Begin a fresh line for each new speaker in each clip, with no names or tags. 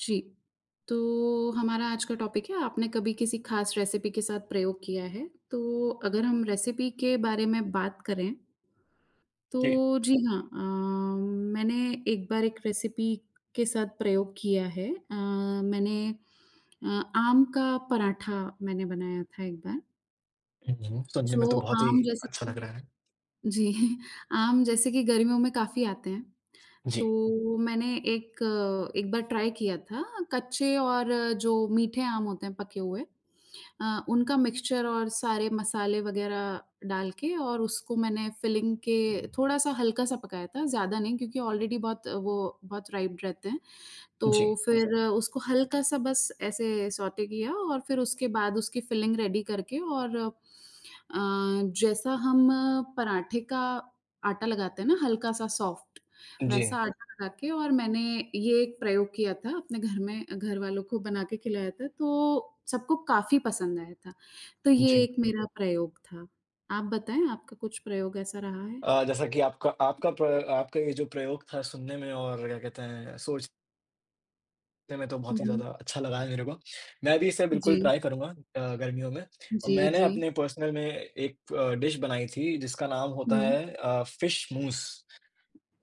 जी। तो हमारा आज का टॉपिक है, आपने कभी किसी खास रेसिपी के साथ प्रयोग किया है? तो अगर हम रेसिपी के बारे में बात करें तो
जी।
जी हाँ, मैंने एक बार एक रेसिपी के साथ प्रयोग किया है। मैंने अ, आम का पराठा मैंने बनाया था एक बार।
हुँ, सुनने में तो
जो
बहुत ही
आम जैसे
अच्छा
कि
लग रहा है।
जी। आम जैसे कि गर्मियों में काफ़ी आते हैं,
जी,
तो मैंने एक एक बार ट्राई किया था कच्चे और जो मीठे आम होते हैं पके हुए, उनका मिक्सचर और सारे मसाले वगैरह डाल के और उसको मैंने फिलिंग के थोड़ा-सा हल्का-सा पकाया था, ज़्यादा नहीं क्योंकि ऑलरेडी बहुत वो बहुत राइप्ड रहते हैं। तो
जी,
फिर उसको हल्का-सा बस ऐसे सौटे किया और फिर उसके बाद उसकी फिलिंग रेडी करके और जैसा हम पराठे का आटा लगाते हैं ना हल्का-सा सॉफ्ट,
जी,
वैसा आटा लगा के और मैंने ये एक प्रयोग किया था अपने घर में, घर वालों को बना के खिलाया था, तो सबको काफ़ी पसंद आया था। तो ये
जी।
एक मेरा प्रयोग था। आप बताएँ, आपका कुछ प्रयोग ऐसा रहा है?
जैसा कि आपका आपका प्र आपका ये जो प्रयोग था सुनने में और क्या कहते हैं सोचने में तो
हुँ,
बहुत ही
हुँ।
ज़्यादा अच्छा लगा है मेरे को। मैं भी इसे बिल्कुल
जी,
ट्राई करूँगा गर्मियों में और
जी,
मैंने
जी।
अपने पर्सनल में एक डिश बनाई थी जिसका नाम होता
हुँ,
है फिश मूस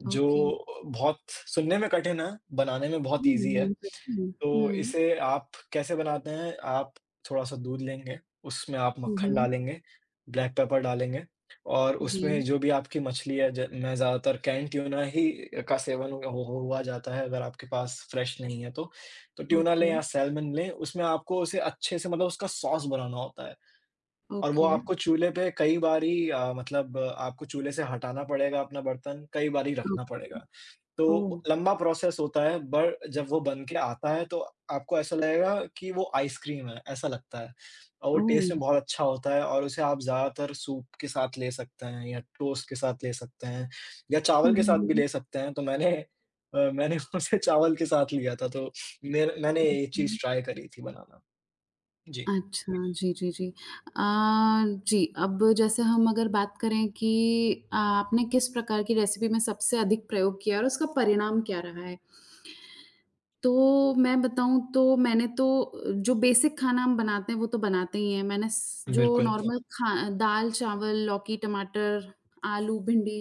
जो
ओके।
बहुत सुनने में कठिन है, बनाने में बहुत ईज़ी
हुँ,
है।
इंटरेस्टिंग।
तो
हुँ।
इसे आप कैसे बनाते हैं, आप थोड़ा-सा दूध लेंगे, उसमें आप
हुँ,
मक्खन
हुँ।
डालेंगे, ब्लैक पेपर डालेंगे और उसमें
जी,
जो भी आपकी मछली है, ज मैं ज़्यादातर कैन ट्यूना ही का सेवन हो हुआ जाता है अगर आपके पास फ्रेश नहीं है तो। तो ट्यूना लें
ओके,
या सैल्मन लें, उसमें आपको उसे अच्छे से मतलब उसका सॉस बनाना होता है। और वो
ओके।
आपको चूल्हे पे कई बारी मतलब आपको चूल्हे से हटाना पड़ेगा अपना बर्तन, कई बारी
अ,
रखना पड़ेगा।
ओह!
तो लंबा प्रोसेस होता है बट जब वो बन के आता है तो आपको ऐसा लगेगा कि वो आइसक्रीम है, ऐसा लगता है। और वो टेस्ट
ओह!
में बहुत अच्छा होता है और उसे आप ज़्यादातर सूप के साथ ले सकते हैं या टोस्ट के साथ ले सकते हैं या चावल
हुँ,
के
हुँ,
साथ भी
हुँ,
ले सकते हैं। तो मैंने उसे चावल के साथ लिया था तो मेर मैंने ये
हुँ।
चीज़ ट्राई करी थी बनाना। जी,
अच्छा, जी, जी, जी। अ, जी, अब जैसे हम अगर बात करें कि आपने किस प्रकार की रेसिपी में सबसे अधिक प्रयोग किया और उसका परिणाम क्या रहा है? तो मैं बताऊँ तो मैंने तो जो बेसिक खाना हम बनाते हैं वो तो बनाते ही हैं। मैंने स जो हुँ।
बिल्कुल।
नॉर्मल खा दाल, चावल, लौकी, टमाटर, आलू, भिंडी,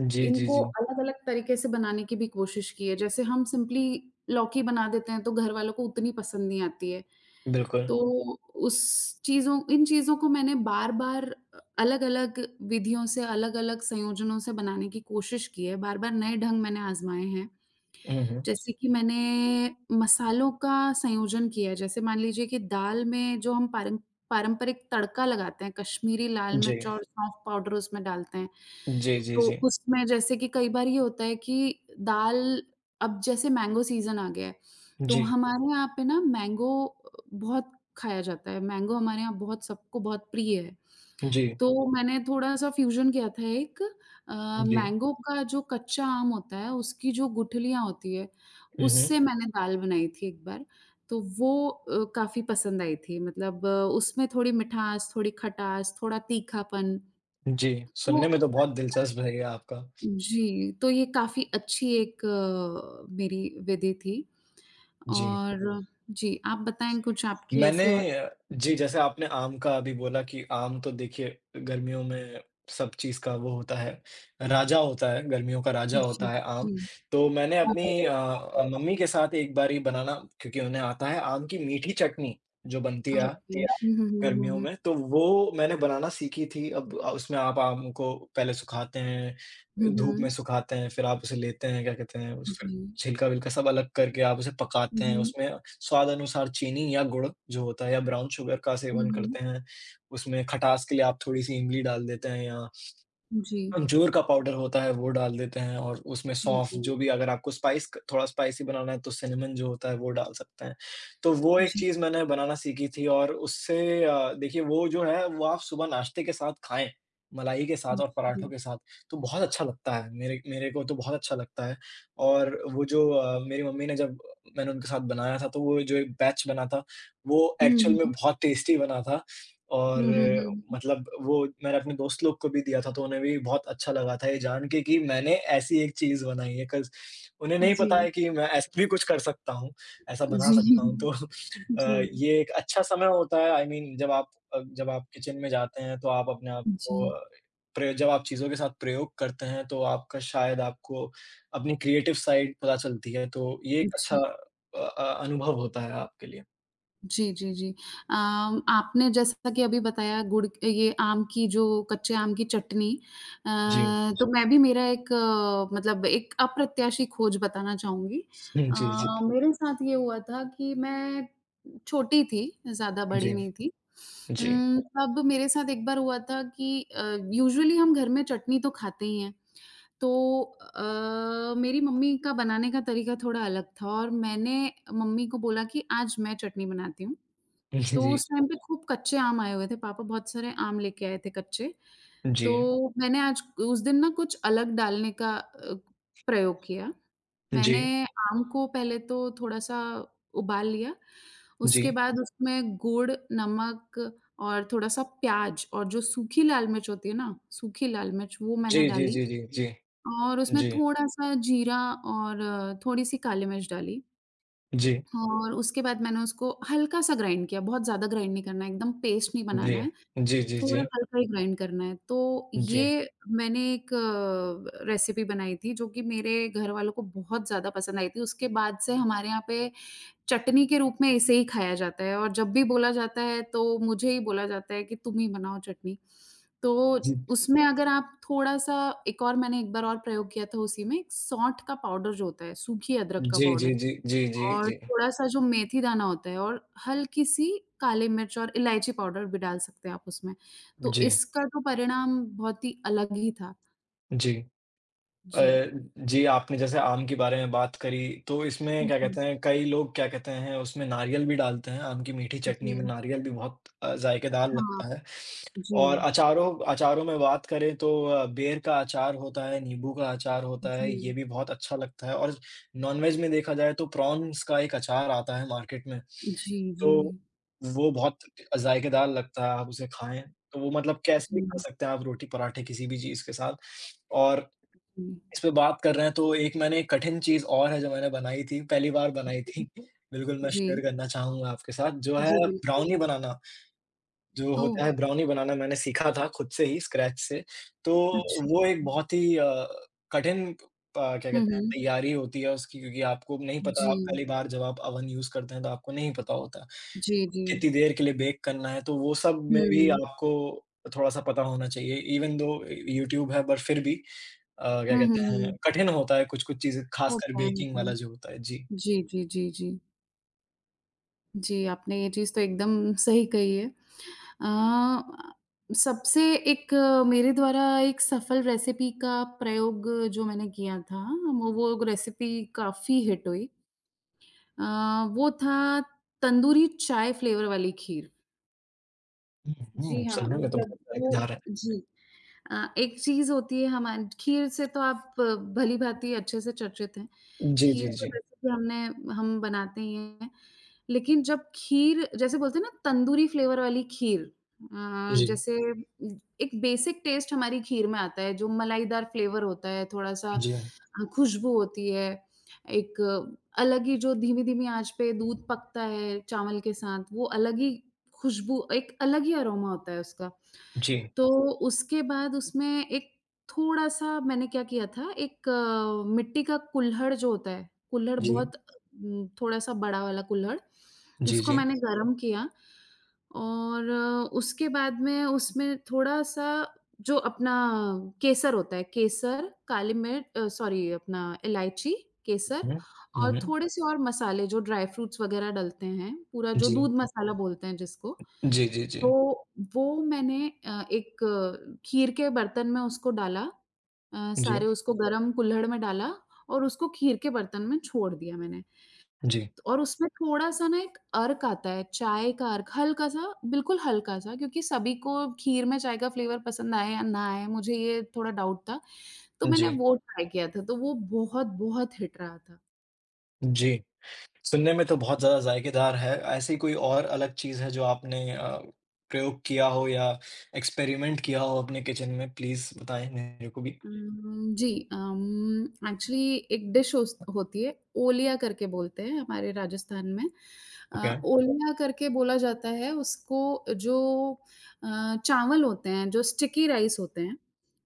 जी, जी,
इनको
जी।
अलग-अलग तरीके से बनाने की भी कोशिश की है। जैसे हम सिंपली लौकी बना देते हैं, तो घर वालों को उतनी पसंद नहीं आती है।
बिल्कुल।
तो उस चीज़ों इन चीज़ों को मैंने बार-बार अलग-अलग विधियों से, अलग-अलग संयोजनों से बनाने की कोशिश की है। बार-बार नए ढंग मैंने आज़माए हैं।
हुँ, हुँ।
जैसे कि मैंने मसालों का संयोजन किया है, जैसे मान लीजिए कि दाल में जो हम पारंपरिक तड़का लगाते हैं, कश्मीरी लाल
जी।
मिर्च और सौंफ पाउडर उसमें डालते हैं।
जी, जी,
तो
जी।
उसमें जैसे कि कई बार ये होता है कि दाल, अब जैसे मैंगो सीज़न आ गया है, तो
जी,
हमारे यहाँ पे ना मैंगो बहुत खाया जाता है। मैंगो हमारे यहाँ बहुत सबको बहुत प्रिय है।
जी,
तो मैंने थोड़ा-सा फ्यूज़न किया था एक
जी।
मैंगो का, जो कच्चा आम होता है, उसकी जो गुठलियाँ होती है,
हुँ, हुँ।
उससे मैंने दाल बनाई थी एक बार, तो वो काफ़ी पसंद आई थी। मतलब, उसमें थोड़ी मिठास, थोड़ी खटास, थोड़ा तीखापन,
जी,
तो
सुनने में तो बहुत दिलचस्प है ये आपका।
जी, तो ये काफ़ी अच्छी एक मेरी विधि थी
जी।
और जी, आप बताएँ कुछ आपकी
मैंने
ऐसी और।
जी, जैसे आपने आम का अभी बोला कि आम तो देखिए गर्मियों में सब चीज़ का वो होता है, राजा होता है, गर्मियों का राजा
जी,
होता है आम।
जी।
तो मैंने अपनी
ओके।
मम्मी के साथ एक बारी बनाना क्योंकि उन्हें आता है आम की मीठी चटनी जो बनती
हुँ,
है
हुँ, हुँ, हुँ,
गर्मियों
हुँ।
में, तो वो मैंने बनाना सीखी थी। अब उसमें आप आम को पहले सुखाते
हुँ,
हैं, धूप में
हुँ।
सुखाते हैं, फिर आप उसे लेते हैं, क्या कहते हैं, उस फिर
जी।
छिलका-विलका सब अलग करके आप उसे
हुँ,
पकाते हैं।
हुँ।
उसमें स्वाद अनुसार चीनी या गुड़ जो होता है या ब्राउन शुगर का
हुँ,
सेवन
हुँ।
करते हैं। उसमें खटास के लिए आप थोड़ी-सी इमली डाल देते हैं या
जी।
अंजूर का पाउडर होता है वो डाल देते हैं और उसमें
जी,
सौंफ जो
जी।
भी अगर आपको स्पाइस क थोड़ा स्पाइसी बनाना है तो सिनेमन जो होता है वो डाल सकते हैं। तो वो एक
जी,
चीज़ मैंने बनाना सीखी थी और उससे देखिए वो जो है वो आप सुबह नाश्ते के साथ खाएँ, मलाई के साथ और पराठों
जी।
के साथ तो बहुत अच्छा लगता है। मेरे मेरे को तो बहुत अच्छा लगता है और वो जो मेरी मम्मी ने जब मैंने उनके साथ बनाया था तो वो जो एक बैच बना था, वो
हुँ,
एक्चुअल में
हुँ।
बहुत टेस्टी बना था।
हुँ,
और
हुँ, हुँ, हुँ।
मतलब वो मैंने अपने दोस्त लोग को भी दिया था, तो उन्हें भी बहुत अच्छा लगा था ये जान के कि मैंने ऐसी एक चीज़ बनाई है। 'कॉज़ उन्हें नहीं
जी,
पता है कि मैं ऐसा भी कुछ कर सकता हूँ, ऐसा बना
जी,
सकता हूँ। तो
जी,
ये एक अच्छा समय होता है आई मीन जब आप किचन में जाते हैं तो आप अपने आप को
जी,
अ, प्रयो जब आप चीज़ों के साथ प्रयोग करते हैं तो आपका शायद आपको अपनी क्रिएटिव साइड पता चलती है। तो ये एक अच्छा
जी।
अनुभव होता है आपके लिए।
जी, जी, जी। आपने जैसा कि अभी बताया गुड़ ये आम की जो कच्चे आम की चटनी,
जी।
जी। तो मैं भी, मेरा एक मतलब एक अप्रत्याशी खोज बताना चाहूँगी।
हुँ,
अ,
जी, जी।
मेरे साथ ये हुआ था कि मैं छोटी थी, ज़्यादा
जी,
बड़ी नहीं थी।
जी।
तब मेरे साथ एक बार हुआ था कि यूजुअली हम घर में चटनी तो खाते ही हैं। तो मेरी मम्मी का बनाने का तरीका थोड़ा अलग था और मैंने मम्मी को बोला कि आज मैं चटनी बनाती हूँ।
जी,
तो
जी,
उस टाइम पे खूब कच्चे आम आए हुए थे, पापा बहुत सारे आम लेके आए थे कच्चे।
जी,
तो मैंने आज उस दिन ना कुछ अलग डालने का प्रयोग किया।
जी।
मैंने आम को पहले तो थोड़ा-सा उबाल लिया,
जी,
उसके बाद उसमें गुड़, नमक और थोड़ा-सा प्याज़ और जो सूखी लाल मिर्च होती है ना, सूखी लाल मिर्च वो
जी,
मैंने
जी,
डाली
जी,
और उसमें
जी,
थोड़ा-सा जीरा और थोड़ी-सी काली मिर्च डाली
जी, जी,
और उसके बाद मैंने उसको हल्का-सा ग्राइंड किया, बहुत ज़्यादा ग्राइंड नहीं करना है, एकदम पेस्ट नहीं
जी,
बनाना है।
जी, जी, जी, जी,
थोड़ा हल्का ही ग्राइंड करना है। तो ये मैंने एक रेसिपी बनाई थी जो कि मेरे घर वालों को बहुत ज़्यादा पसंद आई थी। उसके बाद से हमारे यहाँ पे चटनी के रूप में इसे ही खाया जाता है और जब भी बोला जाता है तो मुझे ही बोला जाता है कि तुम ही बनाओ चटनी। तो
जी,
उसमें अगर आप थोड़ा-सा एक और, मैंने एक बार और प्रयोग किया था उसी में, एक सौंठ का पाउडर जो होता है, सूखी अदरक का
जी, जी,
पाउडर।
जी, जी, जी, जी,
और
जी,
थोड़ा-सा जो मेथी दाना होता है और हल्की-सी काली मिर्च और इलायची पाउडर भी डाल सकते हैं आप उसमें। तो
जी।
इसका तो परिणाम बहुत ही अलग ही था।
जी अ,
जी।
जी, आपने जैसे आम के बारे में बात करी, तो इसमें क्या
जी,
कहते हैं, कई लोग क्या कहते हैं, उसमें नारियल भी डालते हैं, आम की मीठी
जी।
चटनी में नारियल भी बहुत जायकेदार
हाँ,
लगता है।
जी,
और
जी।
अचारों अचारों में बात करें तो बेर का अचार होता है, नींबू का अचार होता है, ये
जी,
भी बहुत अच्छा लगता है और नॉनवेज में देखा जाए तो प्रॉन्स का एक अचार आता है मार्केट में,
जी।
तो वो बहुत जायकेदार लगता है, आप उसे खाएँ। तो वो मतलब कैसे भी खा
जी,
सकते हैं आप रोटी, पराठे किसी भी चीज़ के साथ और
जी।
इस पे बात कर रहे हैं तो एक मैंने एक कठिन चीज़ और है जो मैंने बनाई थी, पहली बार बनाई थी। बिल्कुल मैं शेयर
जी,
करना चाहूँगा आपके साथ जो है
जी, बिल्कुल।
ब्राउनी बनाना, जो
ओह!
होता है ब्राउनी बनाना मैंने सीखा था खुद से ही स्क्रैच से। तो
अच्छा।
वो एक बहुत ही कठिन क्या
हुँ,
कहते हैं
हुँ।
तैयारी होती है उसकी क्योंकि आपको नहीं पता आप
जी,
पहली बार जब आप अवन यूज़ करते हैं तो आपको नहीं पता होता।
जी, जी।
कितनी देर के लिए बेक करना है तो वो सब में भी
हुँ।
आपको थोड़ा-सा पता होना चाहिए इवन दो यूट्यूब है पर फिर भी क्या
हुँ, हुँ,
कहते हैं,
हुँ।
कठिन होता है कुछ-कुछ चीज़ें, खासकर
होता है,
बेकिंग
होता
वाला
है।
जो होता है। जी।
जी, जी, जी, जी। जी, आपने ये चीज़ तो एकदम सही कही है। अ, सबसे एक मेरे द्वारा एक सफल रेसिपी का प्रयोग जो मैंने किया था, वो रेसिपी काफ़ी हिट हुई। अ, वो था तंदूरी चाय फ्लेवर वाली खीर।
हुँ,
जी
हुँ,
हाँ,
सुनने में तो
मतलब
बहुत
वो
मज़ेदार है।
जी। एक चीज़ होती है हमारी खीर से, तो आप भली-भाँति अच्छे से चर्चित हैं।
जी,
खीर
जी,
तो
जी।
वैसे भी हमने हम बनाते ही हैं। लेकिन जब खीर जैसे बोलते हैं ना तंदूरी फ्लेवर वाली खीर,
जी,
जैसे एक बेसिक टेस्ट हमारी खीर में आता है जो मलाईदार फ्लेवर होता है, थोड़ा-सा
जी,
खुशबू होती है, एक अलग ही जो धीमी-धीमी आँच पे दूध पकता है चावल के साथ, वो अलग ही खुशबू, एक अलग ही अरोमा होता है उसका।
जी,
तो उसके बाद उसमें एक थोड़ा-सा मैंने क्या किया था, एक मिट्टी का कुल्हड़ जो होता है, कुल्हड़
जी,
बहुत थोड़ा-सा बड़ा वाला कुल्हड़,
जी,
उसको
जी।
मैंने गरम किया और उसके बाद में उसमें थोड़ा-सा जो अपना केसर होता है, केसर, काली मिर्च, सॉरी अपना इलायची, केसर
हुँ,
और
हुँ,
थोड़े-से और मसाले जो ड्राई फ्रूट्स वगैरह डलते हैं, पूरा जो
जी।
दूध मसाला बोलते हैं जिसको,
जी, जी, जी।
तो वो मैंने एक खीर के बर्तन में उसको डाला,
जी,
सारे उसको गरम कुल्हड़ में डाला और उसको खीर के बर्तन में छोड़ दिया मैंने।
जी,
और उसमें थोड़ा-सा ना एक अर्क आता है, चाय का अर्क, हल्का-सा, बिल्कुल हल्का-सा क्योंकि सभी को खीर में चाय का फ्लेवर पसंद आए या ना आए, मुझे ये थोड़ा डाउट था, तो मैंने
जी,
वो ट्राई किया था, तो वो बहुत-बहुत हिट रहा था।
जी। सुनने में तो बहुत ज़्यादा जायकेदार है। ऐसी कोई और अलग चीज़ है जो आपने प्रयोग किया हो या एक्सपेरिमेंट किया हो अपने किचन में? प्लीज़ बताएँ मेरे को भी।
जी, एक्चुअली एक डिश होस होती है, ओलिया करके बोलते हैं हमारे राजस्थान में।
ओके।
ओलिया करके बोला जाता है उसको, जो अ, चावल होते हैं, जो स्टिकी राइस होते हैं,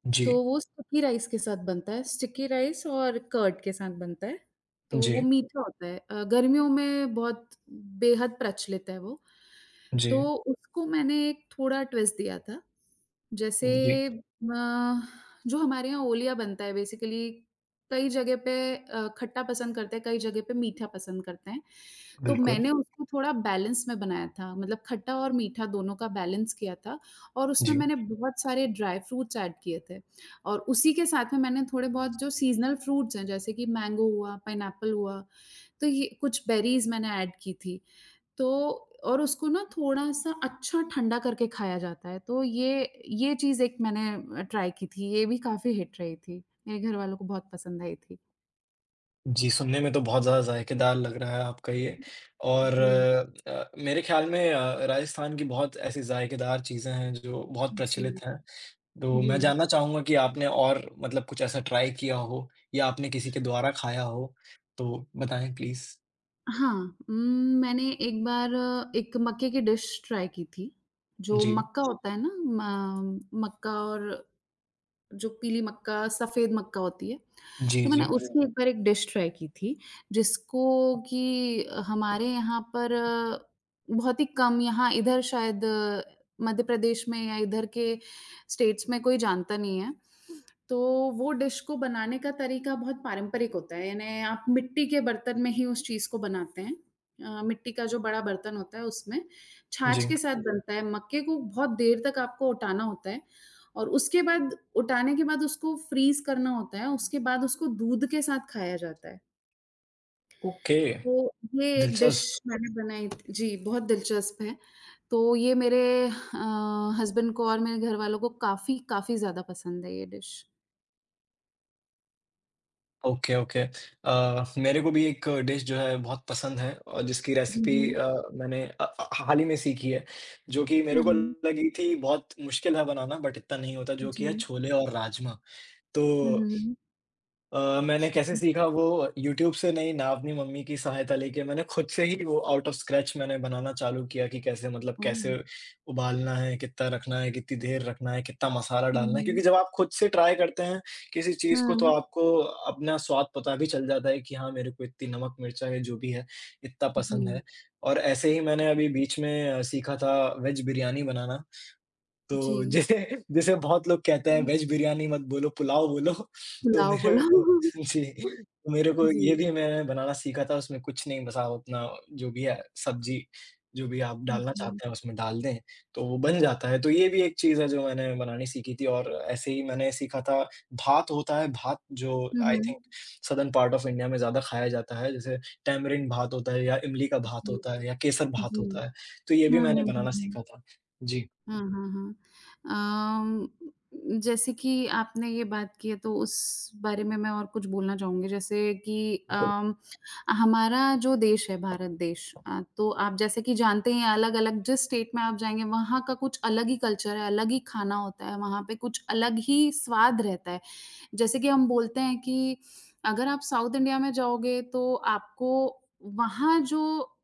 जी,
तो वो स्टिकी राइस के साथ बनता है, स्टिकी राइस और कर्ड के साथ बनता है, तो वो
जी,
मीठा होता है। गर्मियों में बहुत बेहद प्रचलित है वो, तो
जी,
उसको मैंने एक थोड़ा ट्विस्ट दिया था। जैसे,
जी।
अ, जो हमारे यहाँ ओलिया बनता है बेसिकली, कई जगह पे खट्टा पसंद करते हैं, कई जगह पे मीठा पसंद करते हैं। तो
बिल्कुल।
मैंने उसको थोड़ा बैलेंस में बनाया था, मतलब खट्टा और मीठा दोनों का बैलेंस किया था और उसमें
जी।
मैंने बहुत सारे ड्राई फ्रूट्स ऐड किए थे और उसी के साथ में मैंने थोड़े बहुत जो सीज़नल फ्रूट्स हैं, जैसे कि मैंगो हुआ, पाइनएप्पल हुआ, तो ये कुछ बेरीज़ मैंने ऐड की थी। तो, और उसको ना थोड़ा-सा अच्छा ठंडा करके खाया जाता है, तो ये चीज़ एक मैंने ट्राई की थी, ये भी काफ़ी हिट रही थी। मेरे घर वालों को बहुत पसंद आई थी।
जी, सुनने में तो बहुत ज़्यादा जायकेदार लग रहा है आपका ये और
जी,
मेरे ख़्याल में राजस्थान की बहुत ऐसी जायकेदार चीज़ें हैं जो बहुत प्रचलित
जी,
हैं। तो मैं
जी।
जानना चाहूँगा कि आपने और मतलब कुछ ऐसा ट्राई किया हो या आपने किसी के द्वारा खाया हो? तो बताएँ प्लीज़।
हाँ, उम, मैंने एक बार एक मक्के की डिश ट्राई की थी, जो
जी।
मक्का अच्छा। होता है ना, म मक्का और जो पीली मक्का, सफ़ेद मक्का होती है,
जी,
तो मैंने
जी।
उसकी हुँ। एक बार एक डिश ट्राई की थी, जिसको कि हमारे यहाँ पर बहुत ही कम, यहाँ इधर शायद मध्य प्रदेश में या इधर के स्टेट्स में कोई जानता नहीं है। तो वो डिश को बनाने का तरीका बहुत पारंपरिक होता है, यानी आप मिट्टी के बर्तन में ही उस चीज़ को बनाते हैं। मिट्टी का जो बड़ा बर्तन होता है उसमें छाछ
जी।
के साथ बनता है। मक्के को बहुत देर तक आपको उटाना होता है और उसके बाद उटाने के बाद उसको फ्रीज़ करना होता है, उसके बाद उसको दूध के साथ खाया जाता है।
ओके,
तो ये एक डिश
दिलचस्प।
मैंने बनाई थी जी, बहुत दिलचस्प है। तो ये मेरे अ, हस्बैंड को और मेरे घरवालों को काफ़ी, काफ़ी ज़्यादा पसंद है ये डिश।
Okay, okay. मेरे को भी एक डिश जो है बहुत पसंद है और जिसकी
हुँ,
रेसिपी
हुँ।
अ, मैंने हाल ही में सीखी है, जो कि मेरे
हुँ,
को
हुँ।
लगी थी बहुत मुश्किल है बनाना बट इतना नहीं होता जो कि
जी।
है छोले और राजमा।
हुँ, हुँ,
तो
हुँ।
मैंने कैसे सीखा वो यूट्यूब से नहीं, ना अपनी मम्मी की सहायता लेके मैंने खुद से ही वो आउट ऑफ स्क्रैच मैंने बनाना चालू किया कि कैसे
ओह!
उबालना है, कितना रखना है, कितनी देर रखना है, कितना मसाला
हुँ,
डालना है।
हुँ।
क्योंकि जब आप खुद से ट्राई करते हैं किसी चीज़ को तो
हाँ।
आपको अपना स्वाद पता भी चल जाता है कि हाँ, मेरे को इतनी नमक, मिर्चा है जो भी है, इतना
जी,
पसंद है। और ऐसे ही मैंने अभी बीच में सीखा था वेज बिरयानी बनाना।
जी।
तो जैसे जैसे बहुत लोग कहते हैं
हुँ,
वेज बिरयानी मत बोलो, पुलाव बोलो। तो
पुलाव
मेरे
पुलाव।
को जी, तो मेरे को ये
जी,
भी मैंने बनाना सीखा था, उसमें कुछ नहीं बस आप अपना जो भी है सब्ज़ी, जो भी आप डालना
जी।
चाहते हैं उसमें डाल दें, तो वो बन जाता है। तो ये भी एक चीज़ है जो मैंने बनानी सीखी थी और ऐसे ही मैंने सीखा था भात होता है, भात जो
हुँ,
आई
हुँ।
Think southern part of India में ज़्यादा खाया जाता है, जैसे टैमरिंड भात होता है या इमली का भात
जी,
होता है या केसर भात
जी।
होता है। तो ये भी
हुँ,
मैंने
हुँ, हुँ,
बनाना
हुँ।
सीखा था। जी,
हाँ, हाँ, हाँ। जैसे कि आपने ये बात की है तो उस बारे में मैं और कुछ बोलना चाहूँगी, जैसे कि
बिल्कुल।
हमारा जो देश है भारत देश, तो आप जैसे कि जानते ही हैं, अलग-अलग जिस स्टेट में आप जाएँगे वहाँ का कुछ अलग ही कल्चर है, अलग ही खाना होता है, वहाँ पे कुछ अलग ही स्वाद रहता है। जैसे कि हम बोलते हैं कि अगर आप साउथ इंडिया में जाओगे तो आपको वहाँ जो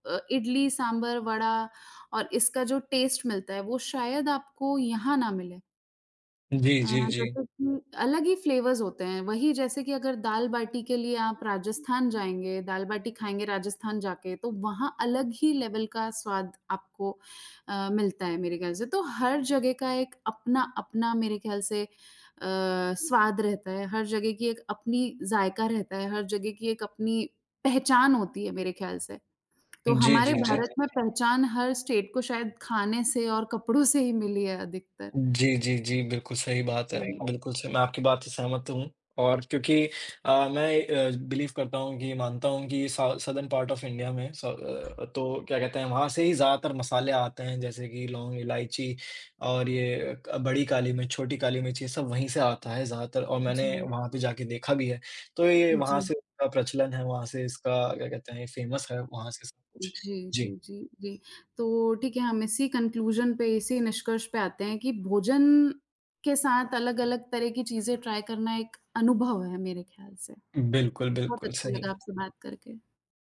इडली, सांभर, वड़ा और इसका जो टेस्ट मिलता है वो शायद आपको यहाँ ना मिले।
जी,
अ,
जी, जी।
जैसे कि अलग ही फ्लेवर्स होते हैं। वही जैसे कि अगर दाल-बाटी के लिए आप राजस्थान जाएँगे, दाल-बाटी खाएँगे राजस्थान जाके, तो वहाँ अलग ही लेवल का स्वाद आपको मिलता है मेरे ख़्याल से। तो हर जगह का एक अपना-अपना मेरे ख़्याल से स्वाद रहता है। हर जगह की एक अपनी जायका रहता है, हर जगह की एक अपनी पहचान होती है मेरे ख़्याल से। तो
जी,
हमारे जी।
जी, जी।
भारत में पहचान हर स्टेट को शायद खाने से और कपड़ों से ही मिली है अधिकतर।
जी, जी, जी, बिल्कुल सही बात है।
सही जी, बात
बिल्कुल स मैं आपकी बात से सहमत हूँ और क्योंकि मैं बिलीव करता हूँ कि मानता हूँ कि सा साउदर्न पार्ट ऑफ इंडिया में तो क्या कहते हैं, वहाँ से ही ज़्यादातर मसाले आते हैं, जैसे कि लौंग, इलायची और ये क बड़ी काली मिर्च, छोटी काली मिर्च, ये सब वहीं से आता है ज़्यादातर और
है।
मैंने
जी।
वहाँ पे जाके देखा भी है। तो ये वहाँ
जी,
से इसका प्रचलन है, वहाँ से इसका क्या कहते हैं, फेमस है, वहाँ से सब कुछ।
जी,
जी,
जी, जी, जी। तो ठीक है, हम इसी कन्क्लूज़न पे, इसी निष्कर्ष पे आते हैं कि भोजन के साथ अलग-अलग तरह की चीज़ें ट्राई करना एक अनुभव है मेरे ख्याल से।
बिल्कुल,
बहुत
बिल्कुल,
अच्छा
सही।
लगा आपसे बात करके।